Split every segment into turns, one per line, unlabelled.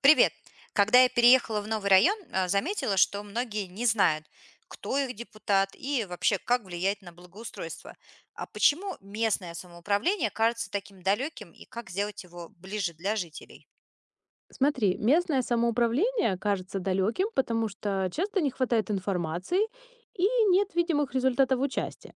Привет! Когда я переехала в новый район, заметила, что многие не знают, кто их депутат и вообще как влиять на благоустройство. А почему местное самоуправление кажется таким далеким и как сделать его ближе для жителей?
Смотри, местное самоуправление кажется далеким, потому что часто не хватает информации и нет видимых результатов участия.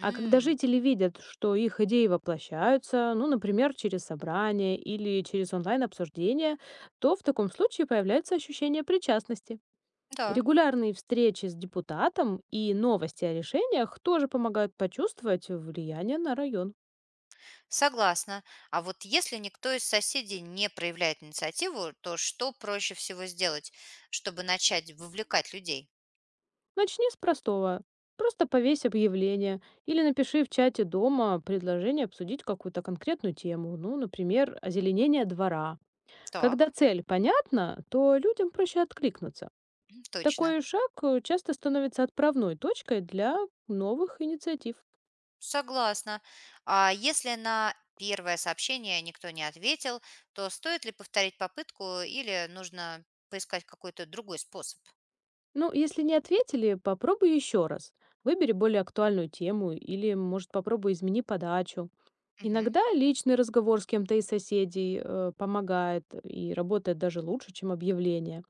А когда жители видят, что их идеи воплощаются, ну, например, через собрание или через онлайн-обсуждение, то в таком случае появляется ощущение причастности.
да,
Регулярные встречи с депутатом и новости о решениях тоже помогают почувствовать влияние на район.
согласна. А вот если никто из соседей не проявляет инициативу, то что проще всего сделать, чтобы начать вовлекать людей?
Начни с простого. Просто повесь объявление или напиши в чате дома предложение обсудить какую-то конкретную тему, ну, например, озеленение двора. Когда
Так,
цель понятна, то людям проще откликнуться.
м, точно.
Такой шаг часто становится отправной точкой для новых инициатив.
Согласна. А если на первое сообщение никто не ответил, то стоит ли повторить попытку или нужно поискать какой-то другой способ?
Ну, если не ответили, попробуй еще раз. Выбери более актуальную тему или, может, попробуй измени подачу.
Мгм.
Иногда личный разговор с кем-то из соседей помогает и работает даже лучше, чем объявление.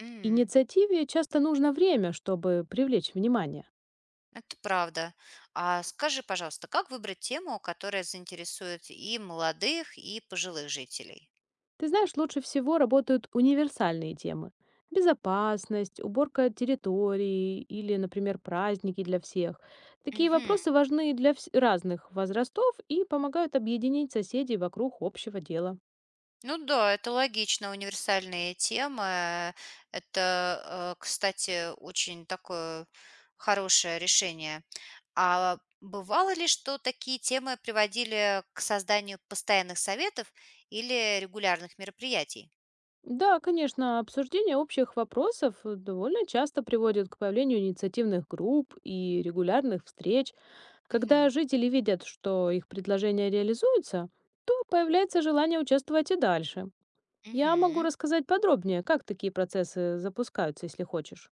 М.
Инициативе часто нужно время, чтобы привлечь внимание.
Это правда. А скажи, пожалуйста, как выбрать тему, которая заинтересует и молодых, и пожилых жителей?
Ты знаешь, лучше всего работают универсальные темы. Безопасность, уборка территории или, например, праздники для всех. Такие
Мгм.
вопросы важны для разных возрастов и помогают объединить соседей вокруг общего дела.
Ну да, это логично, универсальные темы. Это, кстати, очень такое хорошее решение. А бывало ли, что такие темы приводили к созданию постоянных советов или регулярных мероприятий?
Да, конечно, обсуждение общих вопросов довольно часто приводит к появлению инициативных групп и регулярных встреч. Когда
Мгм.
жители видят, что их предложения реализуются, то появляется желание участвовать и дальше. Я могу
Мгм.
рассказать подробнее, как такие процессы запускаются, если хочешь.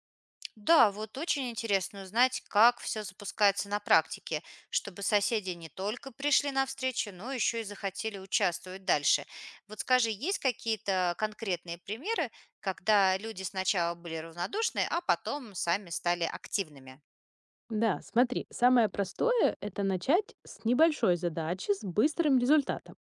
Да, вот очень интересно узнать, как все запускается на практике, чтобы соседи не только пришли на встречу, но еще и захотели участвовать дальше. Вот скажи, есть какие-то конкретные примеры, когда люди сначала были равнодушны, а потом сами стали активными?
Да, смотри, самое простое – это начать с небольшой задачи с быстрым результатом.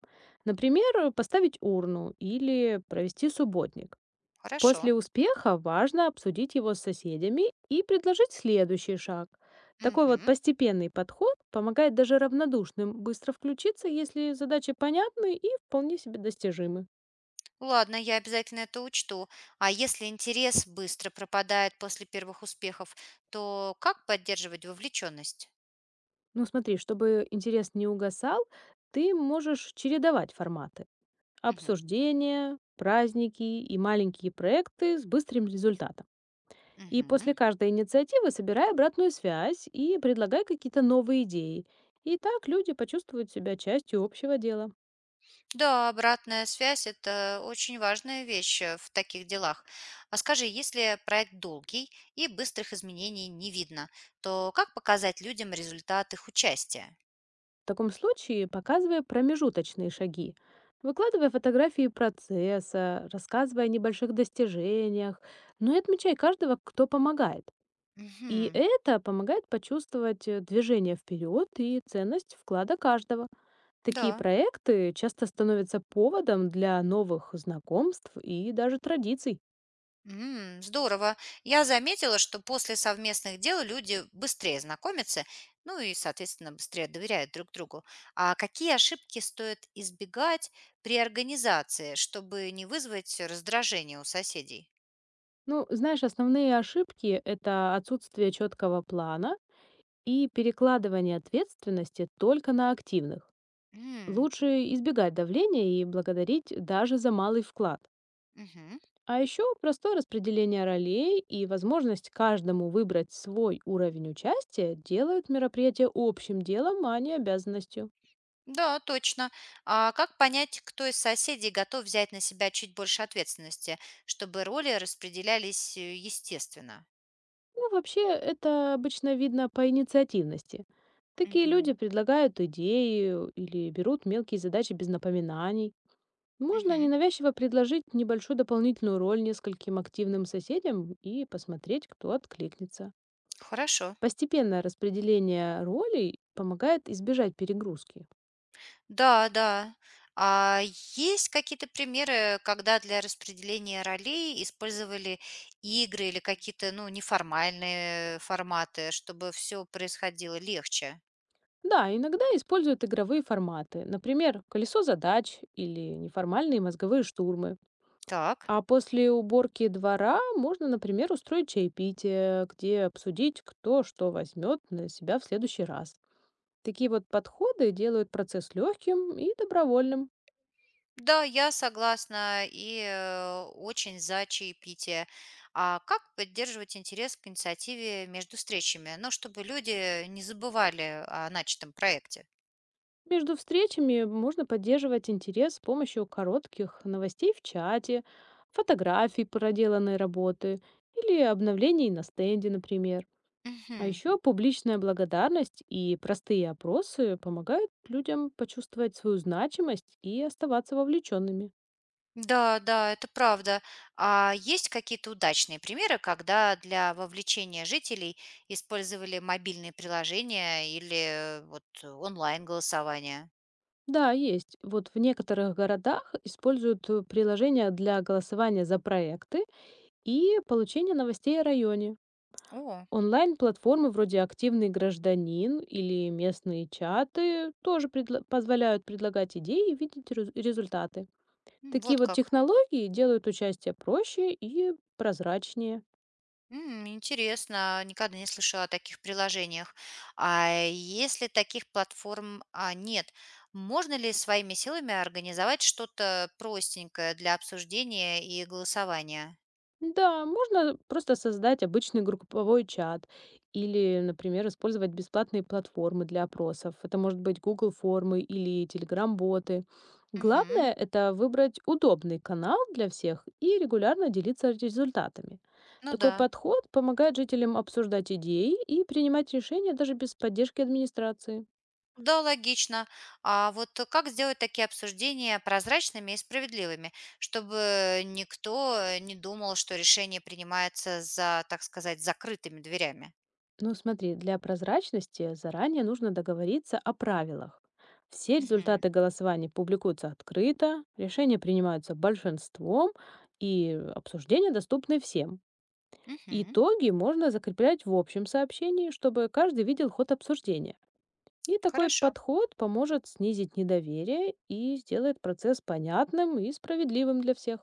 Например, поставить урну или провести субботник.
Хорошо.
После успеха важно обсудить его с соседями и предложить следующий шаг. Такой вот
Мгм.
постепенный подход помогает даже равнодушным быстро включиться, если задачи понятны и вполне себе достижимы.
Ладно, я обязательно это учту. А если интерес быстро пропадает после первых успехов, то как поддерживать вовлеченность?
Ну смотри, чтобы интерес не угасал, ты можешь чередовать форматы.
Мгм.
Обсуждения, праздники и маленькие проекты с быстрым результатом. И
Мгм.
после каждой инициативы собирай обратную связь и предлагай какие-то новые идеи. И так люди почувствуют себя частью общего дела.
Да, обратная связь– это очень важная вещь в таких делах. А скажи, если проект долгий и быстрых изменений не видно, то как показать людям результат их участия?
В таком случае показывай промежуточные шаги. Выкладывай фотографии процесса, рассказывай о небольших достижениях, ну и отмечай каждого, кто помогает. И
Мгм.
это помогает почувствовать движение вперед и ценность вклада каждого. Такие
Да.
проекты часто становятся поводом для новых знакомств и даже традиций.
М, здорово. Я заметила, что после совместных дел люди быстрее знакомятся, ну и, соответственно, быстрее доверяют друг другу. А какие ошибки стоит избегать при организации, чтобы не вызвать раздражение у соседей?
Ну, знаешь, основные ошибки – это отсутствие четкого плана и перекладывание ответственности только на активных.
М,
Лучше избегать давления и благодарить даже за малый вклад.
мгм.
А еще простое распределение ролей и возможность каждому выбрать свой уровень участия делают мероприятие общим делом, а не обязанностью.
Да, точно. А как понять, кто из соседей готов взять на себя чуть больше ответственности, чтобы роли распределялись естественно?
Ну, вообще, это обычно видно по инициативности. Такие люди
Мгм.
предлагают идеи или берут мелкие задачи без напоминаний. Можно
Мгм.
ненавязчиво предложить небольшую дополнительную роль нескольким активным соседям и посмотреть, кто откликнется.
Хорошо.
Постепенное распределение ролей помогает избежать перегрузки.
Да, да. А есть какие-то примеры, когда для распределения ролей использовали игры или какие-то, ну, неформальные форматы, чтобы все происходило легче?
Да, иногда используют игровые форматы, например, колесо задач или неформальные мозговые штурмы.
Так.
А после уборки двора можно, например, устроить чаепитие, где обсудить, кто что возьмет на себя в следующий раз. Такие вот подходы делают процесс легким и добровольным.
Да, я согласна и очень за чаепитие. А как поддерживать интерес к инициативе между встречами? Ну, чтобы люди не забывали о начатом проекте.
Между встречами можно поддерживать интерес с помощью коротких новостей в чате, фотографий проделанной работы или обновлений на стенде, например. А
Мгм.
еще публичная благодарность и простые опросы помогают людям почувствовать свою значимость и оставаться вовлеченными.
Да, да, это правда. А есть какие-то удачные примеры, когда для вовлечения жителей использовали мобильные приложения или вот онлайн-голосование?
Да, есть. Вот в некоторых городах используют приложения для голосования за проекты и получения новостей о районе.
О,
Онлайн-платформы вроде «Активный гражданин» или местные чаты тоже позволяют предлагать идеи и видеть результаты.
м,
Такие
вот
вот
как.
технологии делают участие проще и прозрачнее.
М, интересно, никогда не слышала о таких приложениях. А если таких платформ нет, можно ли своими силами организовать что-то простенькое для обсуждения и голосования?
Да, можно просто создать обычный групповой чат или, например, использовать бесплатные платформы для опросов. Это может быть Google формы или Telegram-боты.
Мгм.
Главное — это выбрать удобный канал для всех и регулярно делиться результатами.
Ну
Такой
да.
подход помогает жителям обсуждать идеи и принимать решения даже без поддержки администрации.
Да, логично. А вот как сделать такие обсуждения прозрачными и справедливыми, чтобы никто не думал, что решение принимается за, так сказать, закрытыми дверями?
Ну, смотри, для прозрачности заранее нужно договориться о правилах. Все
Мгм.
результаты голосования публикуются открыто, решения принимаются большинством, и обсуждения доступны всем.
Мгм.
Итоги можно закреплять в общем сообщении, чтобы каждый видел ход обсуждения. И такой
Хорошо.
подход поможет снизить недоверие и сделает процесс понятным и справедливым для всех.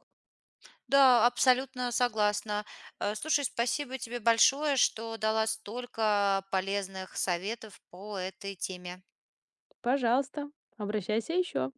Да, абсолютно согласна. Слушай, спасибо тебе большое, что дала столько полезных советов по этой теме.
Пожалуйста, обращайся еще.